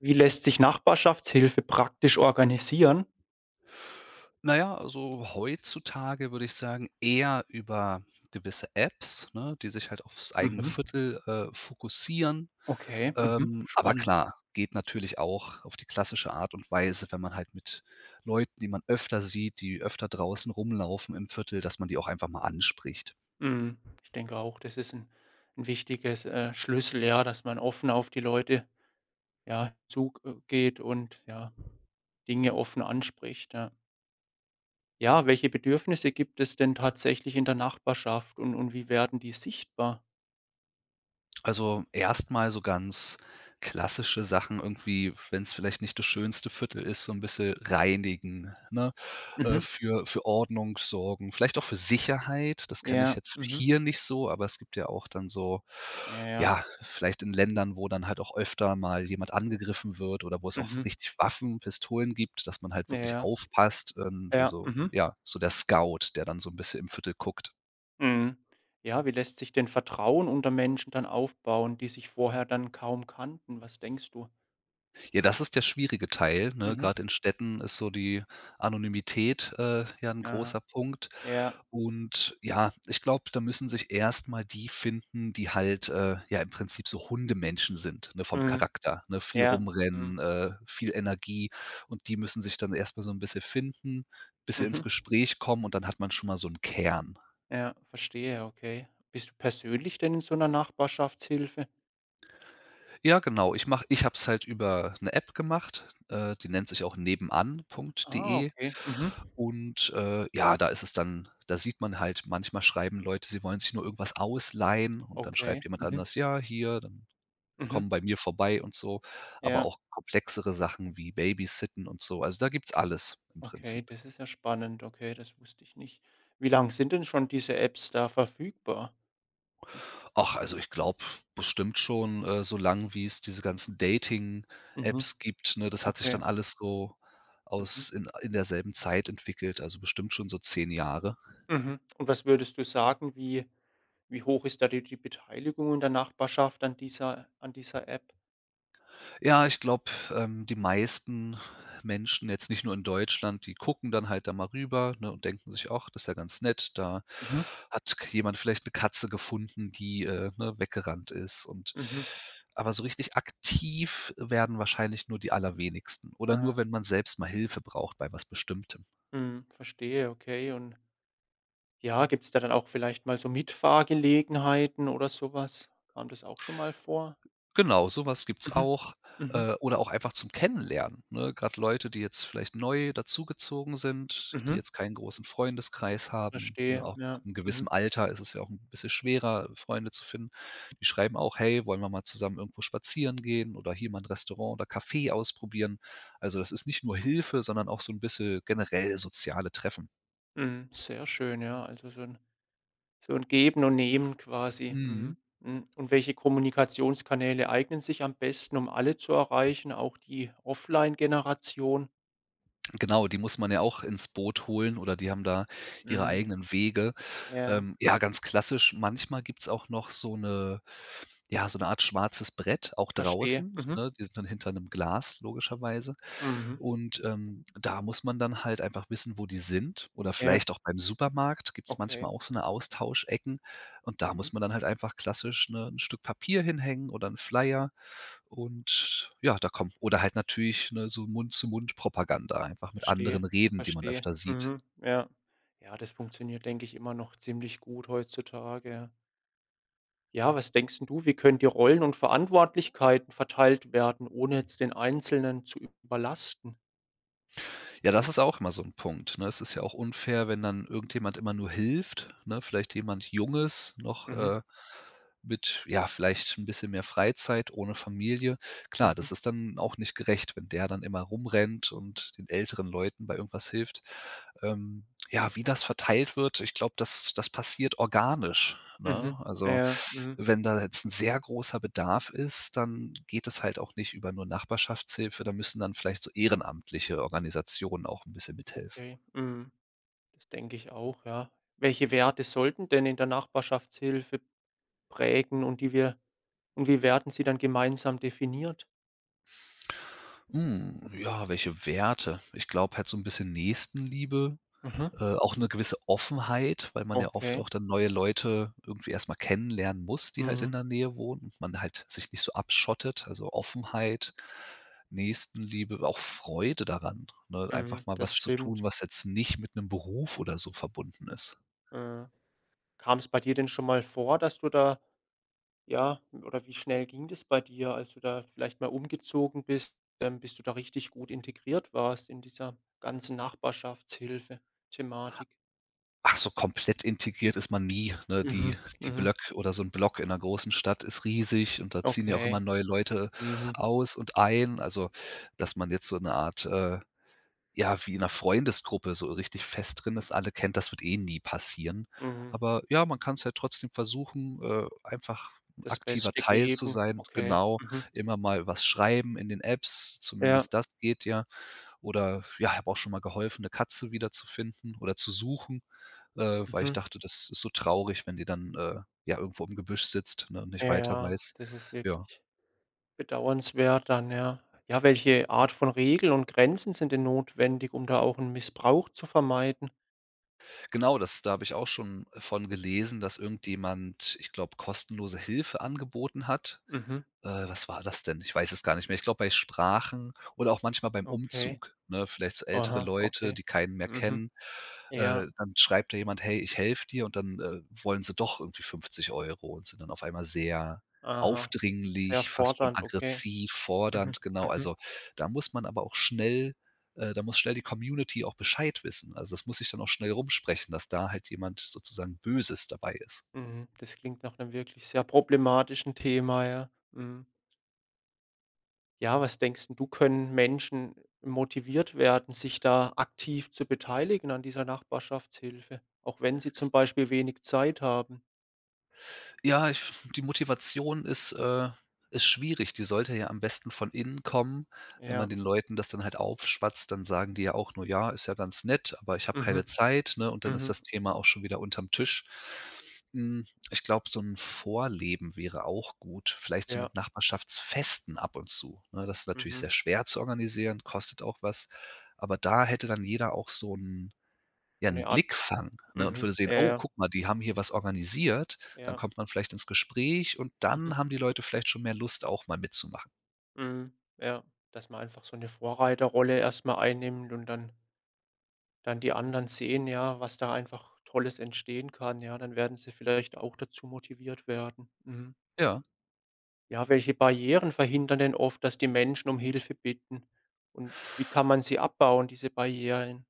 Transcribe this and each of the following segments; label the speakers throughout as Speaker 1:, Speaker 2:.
Speaker 1: Wie lässt sich Nachbarschaftshilfe praktisch organisieren?
Speaker 2: Na ja, also heutzutage würde ich sagen, eher über gewisse Apps, ne, die sich halt aufs eigene
Speaker 1: Mhm.
Speaker 2: Viertel, fokussieren.
Speaker 1: Okay, mhm.
Speaker 2: Aber
Speaker 1: Spannend.
Speaker 2: klar, geht natürlich auch auf die klassische Art und Weise, wenn man halt mit Leuten, die man öfter sieht, die öfter draußen rumlaufen im Viertel, dass man die auch einfach mal anspricht.
Speaker 1: Mhm. Ich denke auch, das ist ein 'n wichtiges, Schlüssel, ja, dass man offen auf die Leute, ja, zug und, ja, Dinge offen anspricht, ja. Ja, welche Bedürfnisse gibt es denn tatsächlich in der Nachbarschaft und wie werden die sichtbar?
Speaker 2: Also, erstmal so ganz klassische Sachen irgendwie, wenn es vielleicht nicht das schönste Viertel ist, so ein bisschen reinigen, ne?
Speaker 1: Mhm.
Speaker 2: Für Ordnung sorgen, vielleicht auch für Sicherheit. Das kenne ich
Speaker 1: Ja,
Speaker 2: jetzt
Speaker 1: mhm.
Speaker 2: hier nicht so, aber es gibt ja auch dann so
Speaker 1: Ja, ja.
Speaker 2: ja, vielleicht in Ländern, wo dann halt auch öfter mal jemand angegriffen wird oder wo es auch
Speaker 1: Mhm.
Speaker 2: richtig Waffen, Pistolen gibt, dass man halt
Speaker 1: Ja,
Speaker 2: wirklich
Speaker 1: ja.
Speaker 2: aufpasst, und
Speaker 1: Ja,
Speaker 2: so
Speaker 1: mhm.
Speaker 2: ja, so der Scout, der dann so ein bisschen im Viertel guckt.
Speaker 1: Mhm. Ja, wie lässt sich denn Vertrauen unter Menschen dann aufbauen, die sich vorher dann kaum kannten? Was denkst du?
Speaker 2: Ja, das ist der schwierige Teil, ne?
Speaker 1: Mhm.
Speaker 2: Grad in Städten ist so die Anonymität, ja ein
Speaker 1: Ja,
Speaker 2: großer Punkt.
Speaker 1: ja,
Speaker 2: Und ja, ich glaube, da müssen sich erst mal die finden, die halt, ja, im Prinzip so Hundemenschen sind, ne, vom
Speaker 1: mhm,
Speaker 2: Charakter, ne? Viel
Speaker 1: ja, mhm,
Speaker 2: rumrennen, viel Energie, und die müssen sich dann erst mal so ein bisschen finden, bisschen ins
Speaker 1: mhm.
Speaker 2: Gespräch kommen und dann hat man schon mal so einen Kern.
Speaker 1: Ja, verstehe, okay. Bist du persönlich denn in so einer Nachbarschaftshilfe?
Speaker 2: Ja, genau, ich habe es halt über eine App gemacht, die nennt sich auch
Speaker 1: Ah,
Speaker 2: nebenan.de.
Speaker 1: okay, mhm,
Speaker 2: Und, ja, da ist es dann da sieht man halt, manchmal schreiben Leute, sie wollen sich nur irgendwas ausleihen und dann
Speaker 1: okay,
Speaker 2: schreibt jemand
Speaker 1: mhm,
Speaker 2: anders: „Ja, hier, dann
Speaker 1: mhm.
Speaker 2: komm bei mir vorbei" und so, aber
Speaker 1: Ja,
Speaker 2: auch komplexere Sachen wie Babysitten und so. Also, da gibt's alles im
Speaker 1: okay,
Speaker 2: Prinzip.
Speaker 1: das ist ja spannend. Okay, das wusste ich nicht. Wie lang sind denn schon diese Apps da verfügbar? Wie v
Speaker 2: Ach, also, ich glaube bestimmt schon, so lang, wie es diese ganzen
Speaker 1: mhm,
Speaker 2: Dating-Apps gibt, ne? Das hat sich
Speaker 1: okay,
Speaker 2: dann alles so
Speaker 1: mhm,
Speaker 2: aus in derselben Zeit entwickelt, also, bestimmt schon so 10 Jahre.
Speaker 1: mhm. Und was würdest du sagen, wie hoch ist da die Beteiligung in der Nachbarschaft an dieser App?
Speaker 2: Ja, ich glaube, die meisten Menschen, jetzt nicht nur in Deutschland, die gucken dann halt da mal rüber, ne, und denken sich: „Ach, das ist ja ganz nett. Da
Speaker 1: Mhm.
Speaker 2: hat k jemand vielleicht eine Katze gefunden, die, ne, weggerannt ist." Und
Speaker 1: Mhm.
Speaker 2: aber so richtig aktiv werden wahrscheinlich nur die allerwenigsten oder
Speaker 1: Ah,
Speaker 2: nur, wenn man selbst mal Hilfe braucht bei was Bestimmtem.
Speaker 1: mhm, verstehe, okay. Und ja, gibt es da dann auch vielleicht mal so Mitfahrgelegenheiten oder sowas? Kam das auch schon mal vor?
Speaker 2: Genau, sowas gibt's
Speaker 1: Mhm.
Speaker 2: auch,
Speaker 1: Mhm.
Speaker 2: oder auch einfach zum Kennenlernen, ne? Grad Leute, die jetzt vielleicht neu dazugezogen sind, die
Speaker 1: Mhm.
Speaker 2: jetzt keinen großen Freundeskreis haben, ne?
Speaker 1: Verstehe,
Speaker 2: Auch ab
Speaker 1: ja.
Speaker 2: einem gewissen
Speaker 1: Mhm.
Speaker 2: Alter ist es ja auch ein bisschen schwerer, Freunde zu finden. Die schreiben auch: „Hey, wollen wir mal zusammen irgendwo spazieren gehen oder hier mal ein Restaurant oder Café ausprobieren?" Also, das ist nicht nur Hilfe, sondern auch so ein bisschen generell soziale Treffen.
Speaker 1: Mhm. Sehr schön, ja. Also so 'n Geben und Nehmen quasi. Mhm.
Speaker 2: Mhm.
Speaker 1: Mhm. Und welche Kommunikationskanäle eignen sich am besten, um alle zu erreichen, auch die Offline-Generation?
Speaker 2: Genau, die muss man ja auch ins Boot holen oder die haben da ihre
Speaker 1: Mhm.
Speaker 2: eigenen Wege.
Speaker 1: Ja.
Speaker 2: Ja, ganz klassisch, manchmal gibt's auch noch so eine, ja, so eine Art schwarzes Brett, auch
Speaker 1: Verstehe.
Speaker 2: draußen,
Speaker 1: Mhm.
Speaker 2: ne? Die sind dann hinter einem Glas logischerweise.
Speaker 1: Mhm.
Speaker 2: Und, da muss man dann halt einfach wissen, wo die sind oder
Speaker 1: Ja,
Speaker 2: vielleicht auch beim Supermarkt gibt's
Speaker 1: okay.
Speaker 2: manchmal auch so eine Austauschecken und da
Speaker 1: Mhm.
Speaker 2: muss man dann halt einfach klassisch, ne, 'n Stück Papier hinhängen oder 'n Flyer, und ja, da kommt oder halt natürlich, ne, so Mund-zu-Mund-Propaganda, einfach mit
Speaker 1: Verstehe,
Speaker 2: anderen reden, die man
Speaker 1: verstehe.
Speaker 2: öfter sieht.
Speaker 1: Mhm. Ja. Ja, das funktioniert, denke ich, immer noch ziemlich gut heutzutage, ja. Ja, was denkst 'n du, wie können die Rollen und Verantwortlichkeiten verteilt werden, ohne jetzt den Einzelnen zu überlasten?
Speaker 2: Ja, das ist auch immer so 'n Punkt, ne? Es ist ja auch unfair, wenn dann irgendjemand immer nur hilft, ne? Vielleicht jemand Junges noch,
Speaker 1: Mhm.
Speaker 2: mit, ja, vielleicht 'n bisschen mehr Freizeit, ohne Familie. Klar,
Speaker 1: Mhm.
Speaker 2: das ist dann auch nicht gerecht, wenn der dann immer rumrennt und den älteren Leuten bei irgendwas hilft. Ähm, ja, wie das verteilt wird, ich glaube, das das passiert organisch, ne?
Speaker 1: Mhm.
Speaker 2: Also,
Speaker 1: Ja. Mhm.
Speaker 2: wenn da jetzt 'n sehr großer Bedarf ist, dann geht es halt auch nicht über nur Nachbarschaftshilfe, da müssen dann vielleicht so ehrenamtliche Organisationen auch 'n bisschen mithelfen.
Speaker 1: Okay. Mhm. Das denke ich auch, ja. Welche Werte sollten denn in der Nachbarschaftshilfe prägen und die wir und wie werden sie dann gemeinsam definiert?
Speaker 2: Hm, ja, welche Werte? Ich glaube halt so 'n bisschen Nächstenliebe,
Speaker 1: Mhm.
Speaker 2: auch 'ne gewisse Offenheit, weil man ja oft
Speaker 1: Okay.
Speaker 2: auch dann neue Leute irgendwie erst mal kennenlernen muss, die halt in
Speaker 1: Mhm,
Speaker 2: der Nähe wohnen und man halt sich nicht so abschottet. Also, Offenheit, Nächstenliebe, auch Freude daran, ne, einfach
Speaker 1: mhm,
Speaker 2: mal
Speaker 1: das
Speaker 2: was zu tun,
Speaker 1: stimmt.
Speaker 2: was jetzt nicht mit 'nem Beruf oder so verbunden ist.
Speaker 1: Äh, Kam es bei dir denn schon mal vor, dass du da, ja, oder wie schnell ging das bei dir, als du da vielleicht mal umgezogen bist, bis du da richtig gut integriert warst in dieser ganzen Nachbarschaftshilfe-Thematik?
Speaker 2: Ach so, komplett integriert ist man nie, ne?
Speaker 1: Mhm,
Speaker 2: Die
Speaker 1: mhm,
Speaker 2: Blöcke oder so 'n Block in 'ner großen Stadt ist riesig und da ziehen ja auch
Speaker 1: okay.
Speaker 2: immer neue Leute
Speaker 1: Mhm,
Speaker 2: aus und ein. Also, dass man jetzt so 'ne Art, ja, wie in 'ner Freundesgruppe so richtig fest drin ist, alle kennt, das wird eh nie passieren.
Speaker 1: mhm.
Speaker 2: Aber ja, man kann's halt trotzdem versuchen, einfach 'n
Speaker 1: Das
Speaker 2: aktiver
Speaker 1: Beste
Speaker 2: Teil zu
Speaker 1: geben,
Speaker 2: sein.
Speaker 1: okay.
Speaker 2: Genau,
Speaker 1: Mhm.
Speaker 2: immer mal was schreiben in den Apps,
Speaker 1: Ja,
Speaker 2: zumindest das geht ja. Oder ja, habe auch schon mal geholfen, 'ne Katze wiederzufinden oder zu suchen, weil ich
Speaker 1: mhm.
Speaker 2: dachte, das ist so traurig, wenn die dann, ja, irgendwo im Gebüsch sitzt, ne, und nicht
Speaker 1: Ja,
Speaker 2: weiter
Speaker 1: ja,
Speaker 2: weiß.
Speaker 1: das ist
Speaker 2: Ja.
Speaker 1: wirklich bedauernswert dann, ja. Ja, welche Art von Regeln und Grenzen sind denn notwendig, um da auch 'n Missbrauch zu vermeiden?
Speaker 2: Genau, das da habe ich auch schon von gelesen, dass irgendjemand, ich glaube, kostenlose Hilfe angeboten hat.
Speaker 1: Mhm,
Speaker 2: Was war das denn? Ich weiß es gar nicht mehr. Ich glaube, bei Sprachen oder auch manchmal beim
Speaker 1: okay.
Speaker 2: Umzug, ne? Vielleicht so ältere
Speaker 1: Aha,
Speaker 2: Leute,
Speaker 1: okay.
Speaker 2: die keinen mehr
Speaker 1: Mhm,
Speaker 2: kennen.
Speaker 1: ja,
Speaker 2: Dann schreibt da jemand: „Hey, ich helfe dir", und dann, wollen sie doch irgendwie 50 € und sind dann auf einmal sehr
Speaker 1: aha. Sehr
Speaker 2: aufdringlich, fast schon
Speaker 1: fordernd, okay.
Speaker 2: aggressiv,
Speaker 1: Mhm,
Speaker 2: fordernd, genau.
Speaker 1: mhm,
Speaker 2: Also, da muss man aber auch schnell, da muss schnell die Community auch Bescheid wissen. Also, das muss sich dann auch schnell rumsprechen, dass da halt jemand sozusagen Böses dabei ist.
Speaker 1: mhm. Das klingt nach 'nem wirklich sehr problematischen Thema, ja. Mhm. Ja, was denkst 'n du, können Menschen motiviert werden, sich da aktiv zu beteiligen an dieser Nachbarschaftshilfe, auch wenn sie zum Beispiel wenig Zeit haben?
Speaker 2: Ja, ich die Motivation ist schwierig. Die sollte ja am besten von innen kommen. Wenn
Speaker 1: Ja.
Speaker 2: man den Leuten das dann halt aufschwatzt, dann sagen die ja auch nur: „Ja, ist ja ganz nett, aber ich habe
Speaker 1: Mhm,
Speaker 2: keine Zeit", ne? Und dann ist
Speaker 1: mhm.
Speaker 2: das Thema auch schon wieder unterm Tisch. Hm, Ich glaube, so ein Vorleben wäre auch gut, vielleicht so
Speaker 1: Ja,
Speaker 2: mit Nachbarschaftsfesten ab und zu, ne? Das ist natürlich
Speaker 1: mhm.
Speaker 2: sehr schwer zu organisieren, kostet auch was, aber da hätte dann jeder auch so 'n ja,
Speaker 1: So eine
Speaker 2: 'n
Speaker 1: Art,
Speaker 2: Blick fangen, ne, und
Speaker 1: mhm,
Speaker 2: würde sehen:
Speaker 1: ja,
Speaker 2: „Oh,
Speaker 1: ja,
Speaker 2: guck mal, die haben hier was organisiert." Dann
Speaker 1: ja,
Speaker 2: kommt man vielleicht ins Gespräch und
Speaker 1: mhm,
Speaker 2: dann haben die Leute vielleicht schon mehr Lust, auch mal mitzumachen.
Speaker 1: mhm, ja, dass man einfach so eine Vorreiterrolle erstmal einnimmt und dann die anderen sehen, ja, was da einfach Tolles entstehen kann, ja, dann werden sie vielleicht auch dazu motiviert werden. Mhm.
Speaker 2: Ja,
Speaker 1: Ja, welche Barrieren verhindern denn oft, dass die Menschen um Hilfe bitten und wie kann man sie abbauen, diese Barrieren?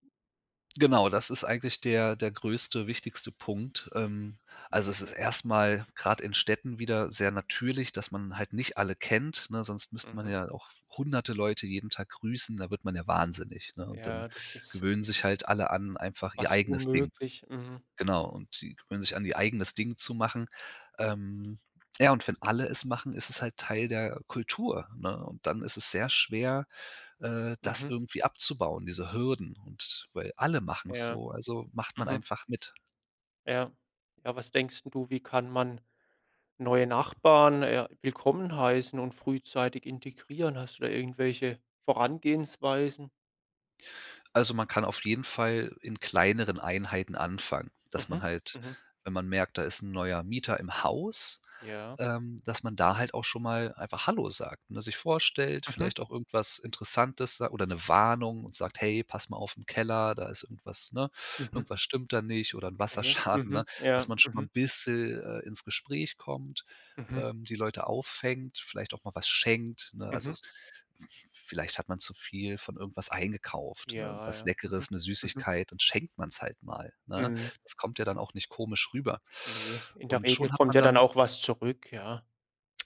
Speaker 2: genau, das ist eigentlich der größte, wichtigste Punkt. Also, es ist erst mal grad in Städten wieder sehr natürlich, dass man halt nicht alle kennt, ne, sonst müsste man
Speaker 1: Mhm.
Speaker 2: ja auch hunderte Leute jeden Tag grüßen, da wird man ja wahnsinnig, ne? Und dann
Speaker 1: Ja, das ist
Speaker 2: gewöhnen sich halt alle an, einfach ihr
Speaker 1: fast
Speaker 2: eigenes Ding.
Speaker 1: unmöglich. Mhm,
Speaker 2: Genau, und die gewöhnen sich an, ihr eigenes Ding zu machen. Ähm, ja, und wenn alle es machen, ist es halt Teil der Kultur, ne? Und dann ist es sehr schwer, das
Speaker 1: mhm,
Speaker 2: irgendwie abzubauen, diese Hürden. Und weil alle machen es
Speaker 1: ja,
Speaker 2: so, also macht man
Speaker 1: mhm.
Speaker 2: einfach mit.
Speaker 1: Ja. Ja, was denkst 'n du, wie kann man neue Nachbarn, willkommen heißen und frühzeitig integrieren? Hast du da irgendwelche Vorangehensweisen?
Speaker 2: Also, man kann auf jeden Fall in kleineren Einheiten anfangen, dass
Speaker 1: Mhm,
Speaker 2: man halt,
Speaker 1: mhm,
Speaker 2: wenn man merkt, da ist ein neuer Mieter im Haus,
Speaker 1: ja.
Speaker 2: dass man da halt auch schon mal einfach „Hallo" sagt, ne, sich vorstellt,
Speaker 1: Mhm,
Speaker 2: vielleicht auch irgendwas Interessantes sa oder eine Warnung, und sagt: „Hey, pass mal auf im Keller, da ist irgendwas, ne?
Speaker 1: mhm,
Speaker 2: Irgendwas stimmt da nicht oder ein
Speaker 1: okay.
Speaker 2: Wasserschaden", ne?
Speaker 1: Mhm, ja,
Speaker 2: Dass man schon mal
Speaker 1: mhm,
Speaker 2: ein bisschen, ins Gespräch kommt,
Speaker 1: mhm,
Speaker 2: die Leute auffängt, vielleicht auch mal was schenkt, ne?
Speaker 1: mhm.
Speaker 2: Also, s vielleicht hat man zu viel von irgendwas eingekauft, ne,
Speaker 1: Ja,
Speaker 2: irgendwas
Speaker 1: ja. Mhm,
Speaker 2: Leckeres, eine
Speaker 1: mhm,
Speaker 2: Süßigkeit, dann schenkt man es halt mal, ne?
Speaker 1: mhm.
Speaker 2: Das kommt ja dann auch nicht komisch rüber.
Speaker 1: Ne, in der
Speaker 2: Und
Speaker 1: Regel
Speaker 2: schon hat
Speaker 1: kommt
Speaker 2: man
Speaker 1: ja dann
Speaker 2: dann.
Speaker 1: auch was zurück, ja.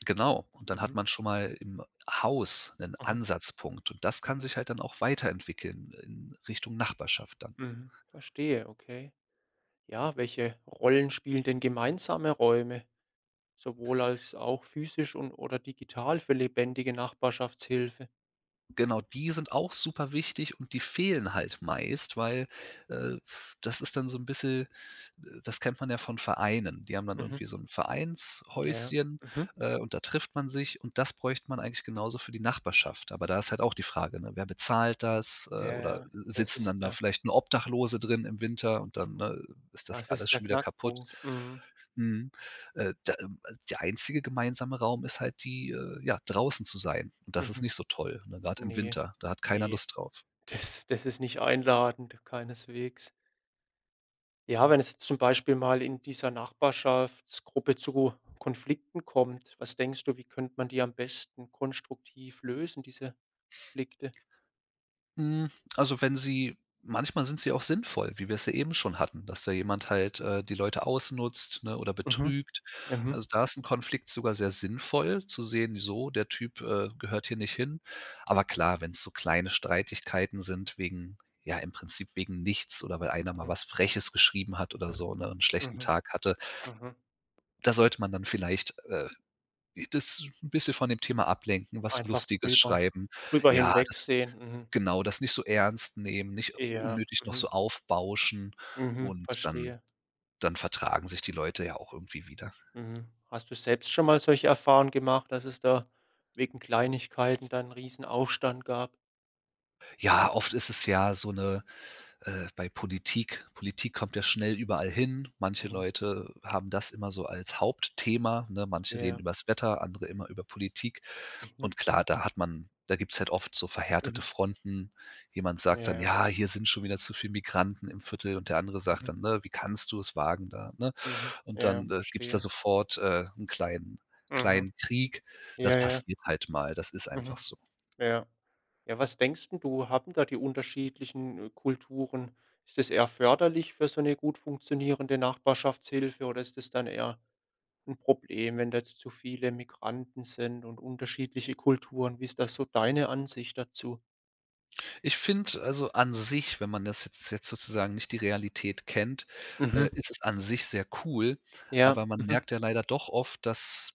Speaker 2: Genau, und dann hat
Speaker 1: Mhm,
Speaker 2: man schon mal im Haus 'nen
Speaker 1: mhm,
Speaker 2: Ansatzpunkt und das kann
Speaker 1: mhm,
Speaker 2: sich halt dann auch weiterentwickeln in Richtung Nachbarschaft dann.
Speaker 1: mhm. Verstehe, okay. Ja, welche Rollen spielen denn gemeinsame Räume? Sowohl als auch physisch und oder digital für lebendige Nachbarschaftshilfe.
Speaker 2: Genau, die sind auch super wichtig und die fehlen halt meist, weil, äh, das ist dann so ein bisschen, das kennt man ja von Vereinen. Die haben dann
Speaker 1: Mhm.
Speaker 2: irgendwie so ein
Speaker 1: Ja.
Speaker 2: Vereinshäuschen,
Speaker 1: Mhm.
Speaker 2: und da trifft man sich und das bräuchte man eigentlich genauso für die Nachbarschaft. Aber da ist halt auch die Frage, ne, wer bezahlt das,
Speaker 1: Ja,
Speaker 2: oder
Speaker 1: ja, das
Speaker 2: sitzen
Speaker 1: ist
Speaker 2: dann da
Speaker 1: der
Speaker 2: vielleicht nur Obdachlose drin im Winter und dann, ne, ist das
Speaker 1: das
Speaker 2: alles
Speaker 1: ist der
Speaker 2: schon wieder kaputt.
Speaker 1: Knackpunkt. Mhm.
Speaker 2: Mhm. Da der einzige gemeinsame Raum ist halt die, ja, draußen zu sein. Und das ist
Speaker 1: Mhm.
Speaker 2: nicht so toll, ne, grad im
Speaker 1: Ne,
Speaker 2: Winter. Da hat keiner
Speaker 1: ne,
Speaker 2: Lust drauf.
Speaker 1: das ist nicht einladend, keineswegs. Ja, wenn es jetzt zum Beispiel mal in dieser Nachbarschaftsgruppe zu Konflikten kommt, was denkst du, wie könnte man die am besten konstruktiv lösen, diese Konflikte?
Speaker 2: Hm, also, wenn sie manchmal sind sie auch sinnvoll, wie wir's ja eben schon hatten, dass da jemand halt, die Leute ausnutzt, ne, oder
Speaker 1: Mhm.
Speaker 2: betrügt.
Speaker 1: Mhm.
Speaker 2: Also, da ist ein Konflikt sogar sehr sinnvoll zu sehen, so, der Typ, gehört hier nicht hin. Aber klar, wenn es so kleine Streitigkeiten sind wegen, ja, im Prinzip wegen nichts oder weil einer mal
Speaker 1: Mhm.
Speaker 2: was Freches geschrieben hat oder so, ne, 'n schlechten
Speaker 1: Mhm.
Speaker 2: Tag hatte,
Speaker 1: Mhm.
Speaker 2: da sollte man dann vielleicht, das ein bisschen von dem Thema ablenken, was
Speaker 1: Einfach
Speaker 2: Lustiges
Speaker 1: drüber
Speaker 2: schreiben.
Speaker 1: drüber
Speaker 2: Ja, das
Speaker 1: hinwegsehen, mhm.
Speaker 2: genau, das nicht so ernst nehmen, nicht
Speaker 1: Ja,
Speaker 2: unnötig noch so
Speaker 1: mhm,
Speaker 2: aufbauschen
Speaker 1: mhm,
Speaker 2: und dann
Speaker 1: verstehe.
Speaker 2: dann vertragen sich die Leute ja auch irgendwie wieder.
Speaker 1: Mhm. Hast du selbst schon mal solche Erfahrungen gemacht, dass es da wegen Kleinigkeiten dann 'n Riesenaufstand gab?
Speaker 2: Ja, oft ist es ja so 'ne bei Politik. Politik kommt ja schnell überall hin. Manche
Speaker 1: Mhm,
Speaker 2: Leute haben das immer so als Hauptthema, ne? Manche reden
Speaker 1: ja,
Speaker 2: über das Wetter, andere immer über Politik.
Speaker 1: mhm,
Speaker 2: Und klar, da hat man da gibt's halt oft so verhärtete
Speaker 1: mhm,
Speaker 2: Fronten. Jemand
Speaker 1: ja,
Speaker 2: sagt dann:
Speaker 1: ja,
Speaker 2: „Ja, hier sind schon wieder zu viele Migranten im Viertel.“ Und der andere sagt
Speaker 1: mhm,
Speaker 2: dann, ne: „Wie kannst du es wagen da“, ne?
Speaker 1: mhm,
Speaker 2: Und
Speaker 1: ja,
Speaker 2: dann gibt's da
Speaker 1: verstehe.
Speaker 2: sofort 'n kleinen
Speaker 1: Mhm,
Speaker 2: kleinen Krieg.
Speaker 1: ja,
Speaker 2: Das
Speaker 1: ja,
Speaker 2: passiert halt mal, das ist
Speaker 1: mhm,
Speaker 2: einfach so.
Speaker 1: ja. Ja, was denkst 'n du, haben da die unterschiedlichen, Kulturen, ist das eher förderlich für so 'ne gut funktionierende Nachbarschaftshilfe oder ist das dann eher ein Problem, wenn da jetzt zu viele Migranten sind und unterschiedliche Kulturen? Wie ist da so deine Ansicht dazu?
Speaker 2: Ich finde, also, an sich, wenn man das jetzt sozusagen nicht die Realität kennt,
Speaker 1: Mhm.
Speaker 2: ist es an sich sehr cool,
Speaker 1: Ja.
Speaker 2: aber man
Speaker 1: Mhm.
Speaker 2: merkt ja leider doch oft, dass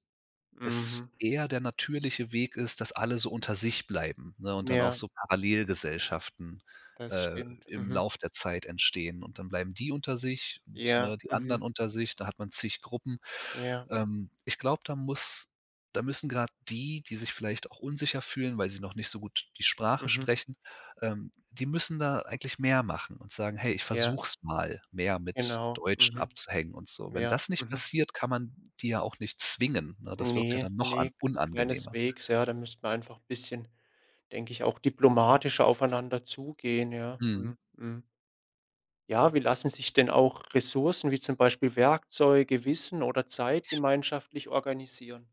Speaker 2: es
Speaker 1: Mhm.
Speaker 2: eher der natürliche Weg ist, dass alle so unter sich bleiben, ne, und dann auch
Speaker 1: Ja,
Speaker 2: so Parallelgesellschaften
Speaker 1: das
Speaker 2: äh,
Speaker 1: stimmt.
Speaker 2: im
Speaker 1: Mhm.
Speaker 2: Lauf der Zeit entstehen. Und dann bleiben die unter sich und,
Speaker 1: Ja.
Speaker 2: ne, die
Speaker 1: Mhm.
Speaker 2: anderen unter sich, da hat man zig Gruppen.
Speaker 1: Ja.
Speaker 2: Ich glaube, da müssen gerade die, die sich vielleicht auch unsicher fühlen, weil sie noch nicht so gut die Sprache
Speaker 1: Mhm.
Speaker 2: sprechen, die müssen da eigentlich mehr machen und sagen: „Hey, ich
Speaker 1: Ja,
Speaker 2: versuch's mal, mehr mit
Speaker 1: genau.
Speaker 2: Deutschen
Speaker 1: Mhm.
Speaker 2: abzuhängen und so.“ Wenn
Speaker 1: Ja.
Speaker 2: das nicht
Speaker 1: Mhm.
Speaker 2: passiert, kann man die ja auch nicht zwingen, ne? Das wirkt ja
Speaker 1: Ne,
Speaker 2: dann noch an
Speaker 1: ne,
Speaker 2: unangenehmer.
Speaker 1: keineswegs, ja. Da müsste man einfach 'n bisschen, denke ich, auch diplomatischer aufeinander zugehen, ja.
Speaker 2: Mhm.
Speaker 1: Mhm. Mhm. Ja, wie lassen sich denn auch Ressourcen wie zum Beispiel Werkzeuge, Wissen oder Zeit gemeinschaftlich organisieren?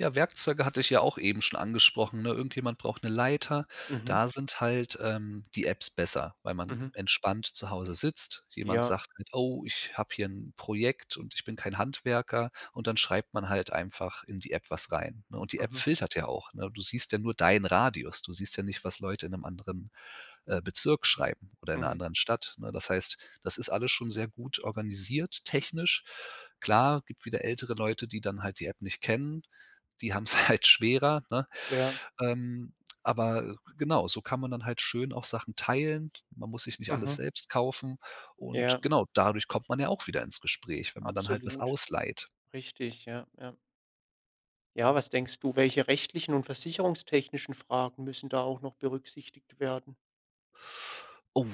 Speaker 2: Ja, Werkzeuge hatte ich ja auch eben schon angesprochen, ne? Irgendjemand braucht eine Leiter.
Speaker 1: Mhm,
Speaker 2: Da sind halt, die Apps besser, weil man
Speaker 1: mhm.
Speaker 2: entspannt zu Hause sitzt. Jemand
Speaker 1: Ja,
Speaker 2: sagt halt: „Oh, ich habe hier ein Projekt und ich bin kein Handwerker.“ Und dann schreibt man halt einfach in die App was rein, ne? Und die App
Speaker 1: mhm,
Speaker 2: filtert ja auch, ne? Du siehst ja nur deinen Radius. Du siehst ja nicht, was Leute in einem anderen Bezirk schreiben oder in einer
Speaker 1: mhm.
Speaker 2: anderen Stadt, ne? Das heißt, das ist alles schon sehr gut organisiert technisch. Klar, gibt wieder ältere Leute, die dann halt die App nicht kennen, die haben es halt schwerer, ne?
Speaker 1: Ja,
Speaker 2: Ähm, aber genau, so kann man dann halt schön auch Sachen teilen. Man muss sich nicht alles
Speaker 1: mhm.
Speaker 2: selbst kaufen und
Speaker 1: Ja,
Speaker 2: genau, dadurch kommt man ja auch wieder ins Gespräch, wenn man dann halt was
Speaker 1: absolut.
Speaker 2: ausleiht.
Speaker 1: Richtig, ja, ja. Ja, was denkst du, welche rechtlichen und versicherungstechnischen Fragen müssen da auch noch berücksichtigt werden?
Speaker 2: Oh,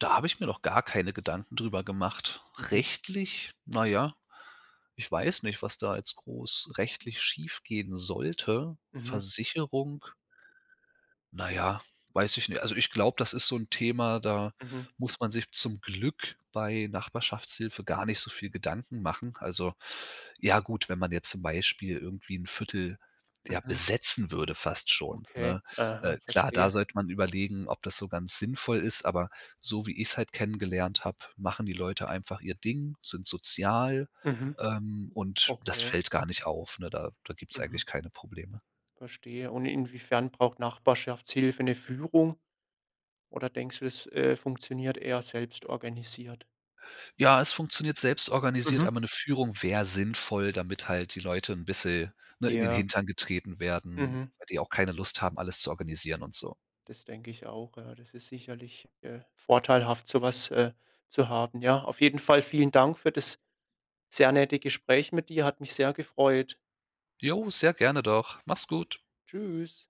Speaker 2: da habe ich mir noch gar keine Gedanken drüber gemacht.
Speaker 1: Mhm,
Speaker 2: Rechtlich? Na ja, ich weiß nicht, was da jetzt groß rechtlich schiefgehen sollte.
Speaker 1: mhm,
Speaker 2: Versicherung? Na ja, weiß ich nicht. Also, ich glaube, das ist so 'n Thema, da
Speaker 1: mhm,
Speaker 2: muss man sich zum Glück bei Nachbarschaftshilfe gar nicht so viel Gedanken machen. Also, ja gut, wenn man jetzt zum Beispiel irgendwie 'n Viertel, ja,
Speaker 1: mhm.
Speaker 2: besetzen würde fast schon,
Speaker 1: Okay,
Speaker 2: ne?
Speaker 1: aha,
Speaker 2: Klar, da
Speaker 1: verstehe.
Speaker 2: sollte man überlegen, ob das so ganz sinnvoll ist, aber so wie ich's halt kennengelernt habe, machen die Leute einfach ihr Ding, sind sozial,
Speaker 1: Mhm,
Speaker 2: und das
Speaker 1: okay,
Speaker 2: fällt gar nicht auf, ne? Da gibt's
Speaker 1: mhm,
Speaker 2: eigentlich keine Probleme.
Speaker 1: verstehe. Und inwiefern braucht Nachbarschaftshilfe eine Führung? Oder denkst du, das, funktioniert eher selbst organisiert?
Speaker 2: Ja, es funktioniert selbst organisiert, aber
Speaker 1: Mhm.
Speaker 2: eine Führung wäre sinnvoll, damit halt die Leute ein bisschen, ne, in den
Speaker 1: Ja,
Speaker 2: Hintern getreten werden,
Speaker 1: mhm,
Speaker 2: weil die auch keine Lust haben, alles zu organisieren und so.
Speaker 1: das denke ich auch, ja. Das ist sicherlich, vorteilhaft, sowas zu haben. Ja, auf jeden Fall vielen Dank für das sehr nette Gespräch mit dir, hat mich sehr gefreut.
Speaker 2: Jo, sehr gerne doch. Mach's gut.
Speaker 1: Tschüss.